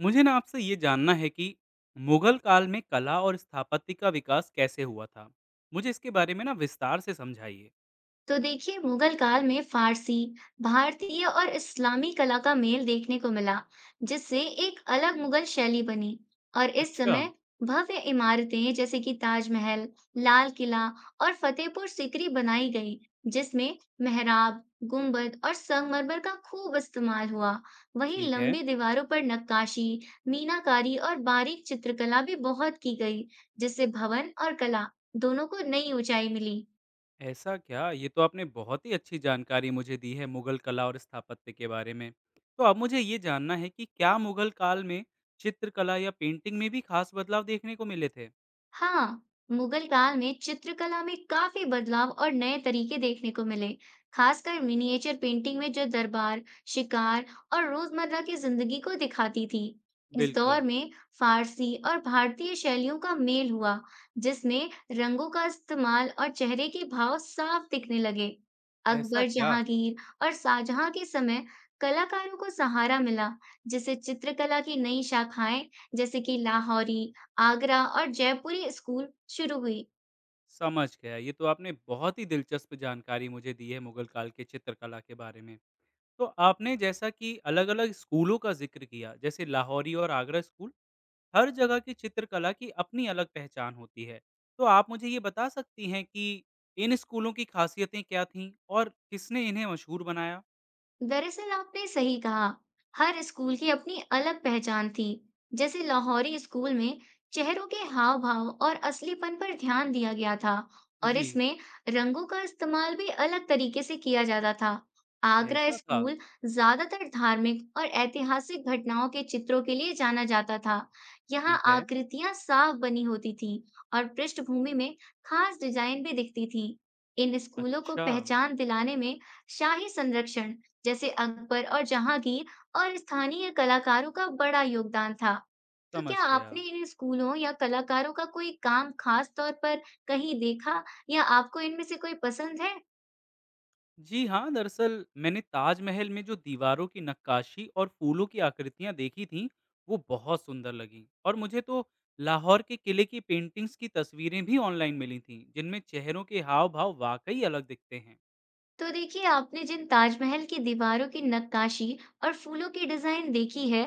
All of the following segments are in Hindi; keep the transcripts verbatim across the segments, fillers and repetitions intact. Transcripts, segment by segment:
मुझे ना आपसे ये जानना है कि मुगल काल में कला और स्थापत्य का विकास कैसे हुआ था? मुझे इसके बारे में ना विस्तार से समझाइए। तो देखिए मुगल काल में फारसी, भारतीय और इस्लामी कला का मेल देखने को मिला, जिससे एक अलग मुगल शैली बनी। और इस अच्छा। समय भव्य इमारतें जैसे कि ताजमहल, लाल किला और फतेहपुर सिकरी बनाई गई, जिसमें मेहराब, गुंबद और संगमरमर का खूब इस्तेमाल हुआ। वहीं ठीक है। लंबी दीवारों पर नक्काशी, मीनाकारी और बारीक चित्रकला भी बहुत की गई, जिससे भवन और कला दोनों को नई ऊंचाई मिली। ऐसा क्या? ये तो आपने बहुत ही अच्छी जानकारी मुझे दी है मुगल कला और स्थापत्य के बारे में। तो अब मुझे ये जानना है कि क्या मुगल काल में चित्रकला या पेंटिंग में भी खास बदलाव देखने को मिले थे? हाँ, मुगल काल में चित्रकला में काफी बदलाव और नए तरीके देखने को मिले, खासकर मिनिएचर पेंटिंग में जो दरबार, शिकार और रोजमर्रा की जिंदगी को दिखाती थी। इस दौर बिल्कुल। में फारसी और भारतीय शैलियों का मेल हुआ, जिसमें रंगों का इस्तेमाल और चेहरे के भाव साफ दिखने लगे। ऐसा अकबर, क्या? जहांगीर और शाहजहां के समय कलाकारों को सहारा मिला, जिसे चित्रकला की नई शाखाएं जैसे कि लाहौरी, आगरा और जयपुरी स्कूल शुरू हुई। समझ गया। ये तो आपने बहुत ही दिलचस्प जानकारी मुझे दी है मुगल काल के चित्रकला के बारे में। तो आपने जैसा कि अलग-अलग स्कूलों का ज़िक्र किया, जैसे लाहौरी और आगरा स्कूल, हर जगह की चित्रकला की अपनी अलग पहचान होती है। तो आप मुझे ये बता सकती हैं कि इन स्कूलों की खासियतें क्या थीं और किसने इन्हें मशहूर बनाया? दरअसल आपने सही कहा, हर स्कूल की अपनी अलग पहचान थी। जैसे लाहौरी स्कूल में चेहरों के हाव भाव और असलीपन पर ध्यान दिया गया था और जी। इसमें रंगों का इस्तेमाल भी अलग तरीके से किया जाता था। आगरा ऐसा था। स्कूल ज्यादातर धार्मिक और ऐतिहासिक घटनाओं के चित्रों के लिए जाना जाता था। यहाँ ठीक है। आकृतियां साफ बनी होती थी और पृष्ठभूमि में खास डिजाइन भी दिखती थी। इन स्कूलों को अच्छा। पहचान दिलाने में शाही संरक्षण जैसे अंकपर और जहांगीर और स्थानीय कलाकारों का बड़ा योगदान था। तो समझ क्या गया। आपने इन स्कूलों या कलाकारों का कोई काम खास तौर पर कहीं देखा या आपको इनमें से कोई पसंद है? जी हाँ, दरअसल मैंने ताजमहल में जो दीवारों की नक्काशी और फूलों की आकृतियां देखी थीं वो बहुत सुंदर लगीं। और मुझे तो लाहौर के किले की पेंटिंग्स की तस्वीरें भी ऑनलाइन मिली थीं, जिनमें चेहरों के हाव भाव वाकई अलग दिखते हैं। तो देखिए, आपने जिन ताजमहल की दीवारों की नक्काशी और फूलों की डिजाइन देखी है,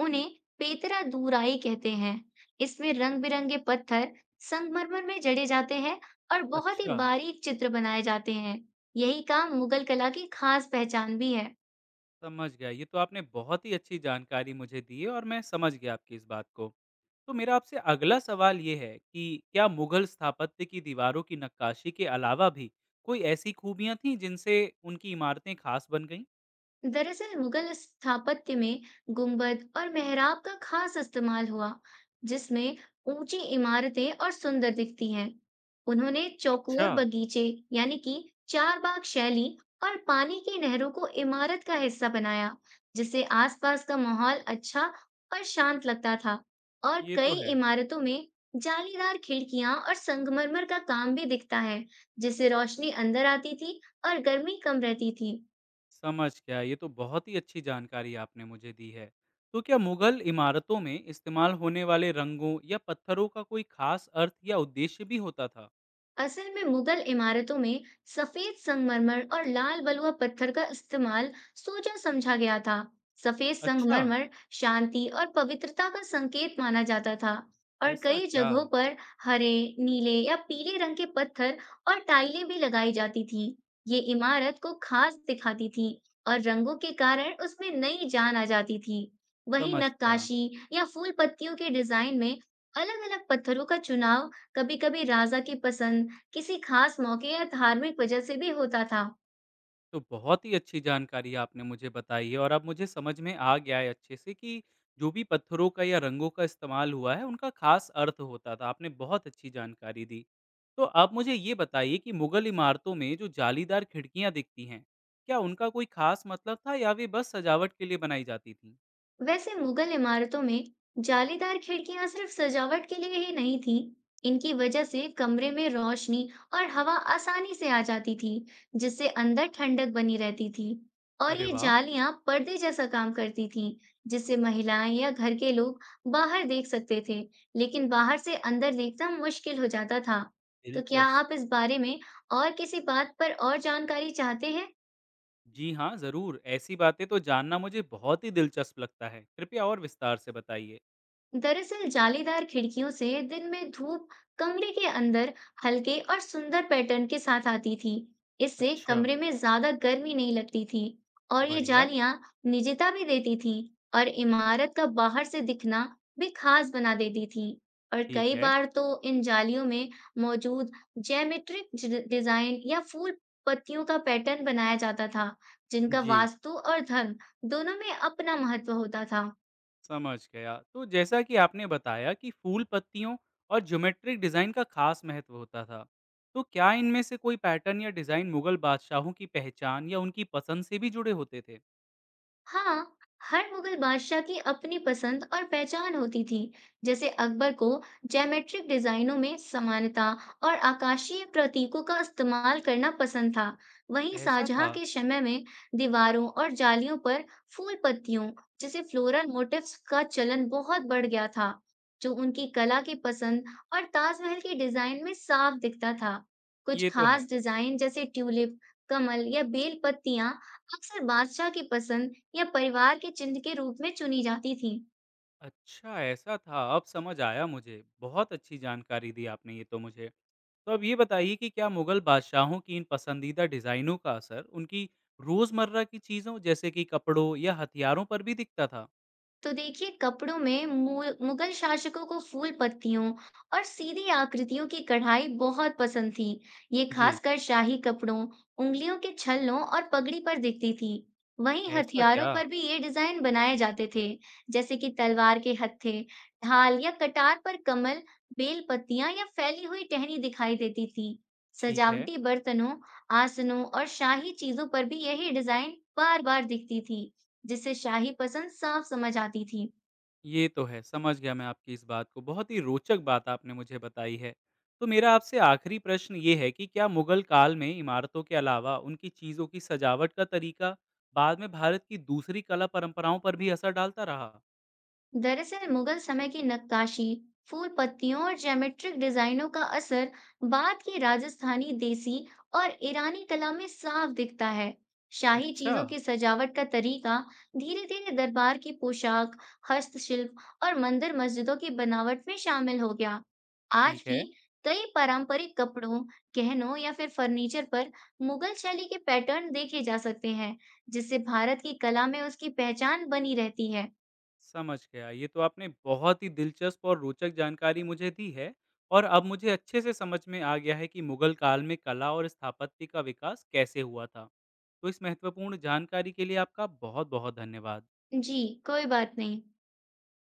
उन्हें पेतरा दूराई कहते हैं। इसमें रंग-बिरंगे पत्थर संगमरमर में जड़े जाते हैं और बहुत ही अच्छा। बारीक चित्र बनाए जाते हैं। यही काम मुगल कला की खास पहचान भी है। समझ गया। ये तो आपने बहुत ही अच्छी जानकारी मुझे दी है और मैं समझ गया आपकी इस बात को। तो मेरा आपसे अगला सवाल ये है कि क्या मुगल स्थापत्य की दीवारों की नक्काशी के अलावा भी कोई ऐसी खूबियां थीं जिनसे उनकी इमारतें खास बन गईं? दरअसल मुगल स्थापत्य में गुंबद और मेहराब का खास इस्तेमाल हुआ, जिसमें ऊंची इमारतें और सुंदर दिखती हैं। उन्होंने अच्छा। चौकोर बगीचे, यानी कि चारबाग शैली और पानी की नहरों को इमारत का हिस्सा बनाया, जिससे आसपास का माहौल अच्छा और शांत लगता था। और ये तो कई है। इमारतों में जालीदार खिड़कियां और संगमरमर का काम भी दिखता है, जिससे रोशनी अंदर आती थी और गर्मी कम रहती थी। समझ गया, ये तो बहुत ही अच्छी जानकारी आपने मुझे दी है। तो क्या मुगल इमारतों में इस्तेमाल होने वाले रंगों या पत्थरों का कोई खास अर्थ या उद्देश्य भी होता था? असल में मुगल इमारतों में सफेद संगमरमर और लाल बलुआ पत्थर का इस्तेमाल सोचा समझा गया था। सफेद अच्छा। संगमरमर शांति और पवित्रता का संकेत माना जाता था और ऐसा कई क्या? जगहों पर हरे, नीले या पीले रंग के पत्थर और टाइलें भी लगाई जाती थी। ये इमारत को खास दिखाती थी और रंगों के कारण उसमें नई जान आ जाती थी। वहीं समझ गया। नक्काशी या फूल पत्तियों के डिजाइन में अलग अलग पत्थरों का चुनाव, कभी कभी राजा की पसंद, किसी खास मौके या धार्मिक वजह से भी होता था। तो बहुत ही अच्छी जानकारी आपने मुझे बताई है और अब मुझे समझ में आ गया है अच्छे से कि जो भी पत्थरों का या रंगों का इस्तेमाल हुआ है उनका खास अर्थ होता था। आपने बहुत अच्छी जानकारी दी। तो आप मुझे ये बताइए कि मुगल इमारतों में जो जालीदार खिड़कियाँ दिखती हैं, क्या उनका कोई खास मतलब था या वे बस सजावट के लिए बनाई जाती थीं? वैसे मुगल इमारतों में जालीदार खिड़कियां सिर्फ सजावट के लिए ही नहीं थीं। इनकी वजह से कमरे में रोशनी और हवा आसानी से आ जाती थी, जिससे अंदर ठंडक बनी रहती थी। और अरे ये वाह! जालियां पर्दे जैसा काम करती थीं, जिससे महिलाएं या घर के लोग बाहर देख सकते थे, लेकिन बाहर से अंदर देखना मुश्किल हो जाता था। तो क्या दिलचस्प। आप इस बारे में और किसी बात पर और जानकारी चाहते हैं? जी हाँ, ज़रूर। ऐसी बातें तो जानना मुझे बहुत ही दिलचस्प लगता है। कृपया और विस्तार से बताइए। दरअसल जालीदार खिड़कियों से दिन में धूप कमरे के अंदर हल्के और सुंदर पैटर्न के साथ आती थी। इससे अच्छा। कमरे में ज्यादा गर्मी नहीं लगती थी और ये बढ़िया। जालियां निजता भी देती थी और इमारत का बाहर से दिखना भी खास बना देती थी। और ठीक कई है। बार तो इन जालियों में मौजूद ज्यामिट्रिक डि- डिजाइन या फूल पत्तियों का पैटर्न बनाया जाता था, जिनका जी। वास्तु और धर्म दोनों में अपना महत्व होता था। समझ गया। तो जैसा कि आपने बताया कि फूल पत्तियों और ज्योमेट्रिक डिजाइन का खास महत्व होता था, तो क्या इनमें से कोई पैटर्न या डिजाइन मुगल बादशाहों की पहचान या उनकी पसंद से भी जुड़े होते थे? हाँ, हर मुगल बादशाह की अपनी पसंद और पहचान होती थी। जैसे अकबर को ज्योमेट्रिक डिजाइनों में समानता और आकाशीय प्रतीकों का इस्तेमाल करना पसंद था। वहीं ऐसा शाहजहां था। के समय में दीवारों और जालियों पर फूल पत्तियों, जैसे फ्लोरल मोटिफ्स का चलन बहुत बढ़ गया था, जो उनकी कला की पसंद और ताजमहल के डिजाइन में साफ दिखता था। कुछ ये तो है। खास डिजाइन जैसे ट्यूलिप, कमल या बेल पत्तियां अक्सर बादशाह की पसंद या परिवार के चिन्ह के रूप में चुनी जाती थी। अच्छा, ऐसा था। अब समझ आया मुझे। बहुत अच्छी जानकारी दी आपने ये तो मुझे। तो अब ये बताइए कि क्या मुगल बादशाहों की इन पसंदीदा डिजाइनों का असर उनकी रोजमर्रा की चीजों जैसे कि कपड़ों या हथियारों पर भी दिखता था? तो देखिए, कपड़ों में मु- मुगल शासकों को फूल पत्तियों और सीधी आकृतियों की कढ़ाई बहुत पसंद थी। ये जी। खासकर शाही कपड़ों, उंगलियों के छल्लों और पगड़ी पर दिखती थी। वहीं ऐसा क्या? हथियारों पर भी ये डिजाइन बनाए जाते थे, जैसे कि तलवार के हत्थे, ढाल या कटार पर कमल, बेल पत्तियां या फैली हुई टहनी दिखाई देती थी। ठीक है। सजावटी बर्तनों, आसनों और शाही चीजों पर भी यही डिजाइन बार बार दिखती थी, जिससे शाही पसंद साफ समझ आती थी। ये तो है, समझ गया मैं आपकी इस बात को। बहुत ही रोचक बात आपने मुझे बताई है। तो मेरा आपसे आखिरी प्रश्न ये है कि क्या मुगल काल में इमारतों के अलावा उनकी चीज़ों की सजावट का तरीका बाद में भारत की दूसरी कला परंपराओं पर भी असर डालता रहा? दरअसल मुगल समय की नक्काशी, फूल पत्तियों और ज्योमेट्रिक डिजाइनों का असर बाद की राजस्थानी, देसी और ईरानी कला में साफ दिखता है। शाही अच्छा। चीजों की सजावट का तरीका धीरे धीरे दरबार की पोशाक, हस्तशिल्प और मंदिर मस्जिदों की बनावट में शामिल हो गया। ठीक आज भी है, कई पारंपरिक कपड़ों, गहनों या फिर फर्नीचर पर मुगल शैली के पैटर्न देखे जा सकते हैं, जिससे भारत की कला में उसकी पहचान बनी रहती है। समझ गया। ये तो आपने बहुत ही दिलचस्प और रोचक जानकारी मुझे दी है और अब मुझे अच्छे से समझ में आ गया है कि मुगल काल में कला और स्थापत्य का विकास कैसे हुआ था। तो इस महत्वपूर्ण जानकारी के लिए आपका बहुत-बहुत धन्यवाद। जी, कोई बात नहीं।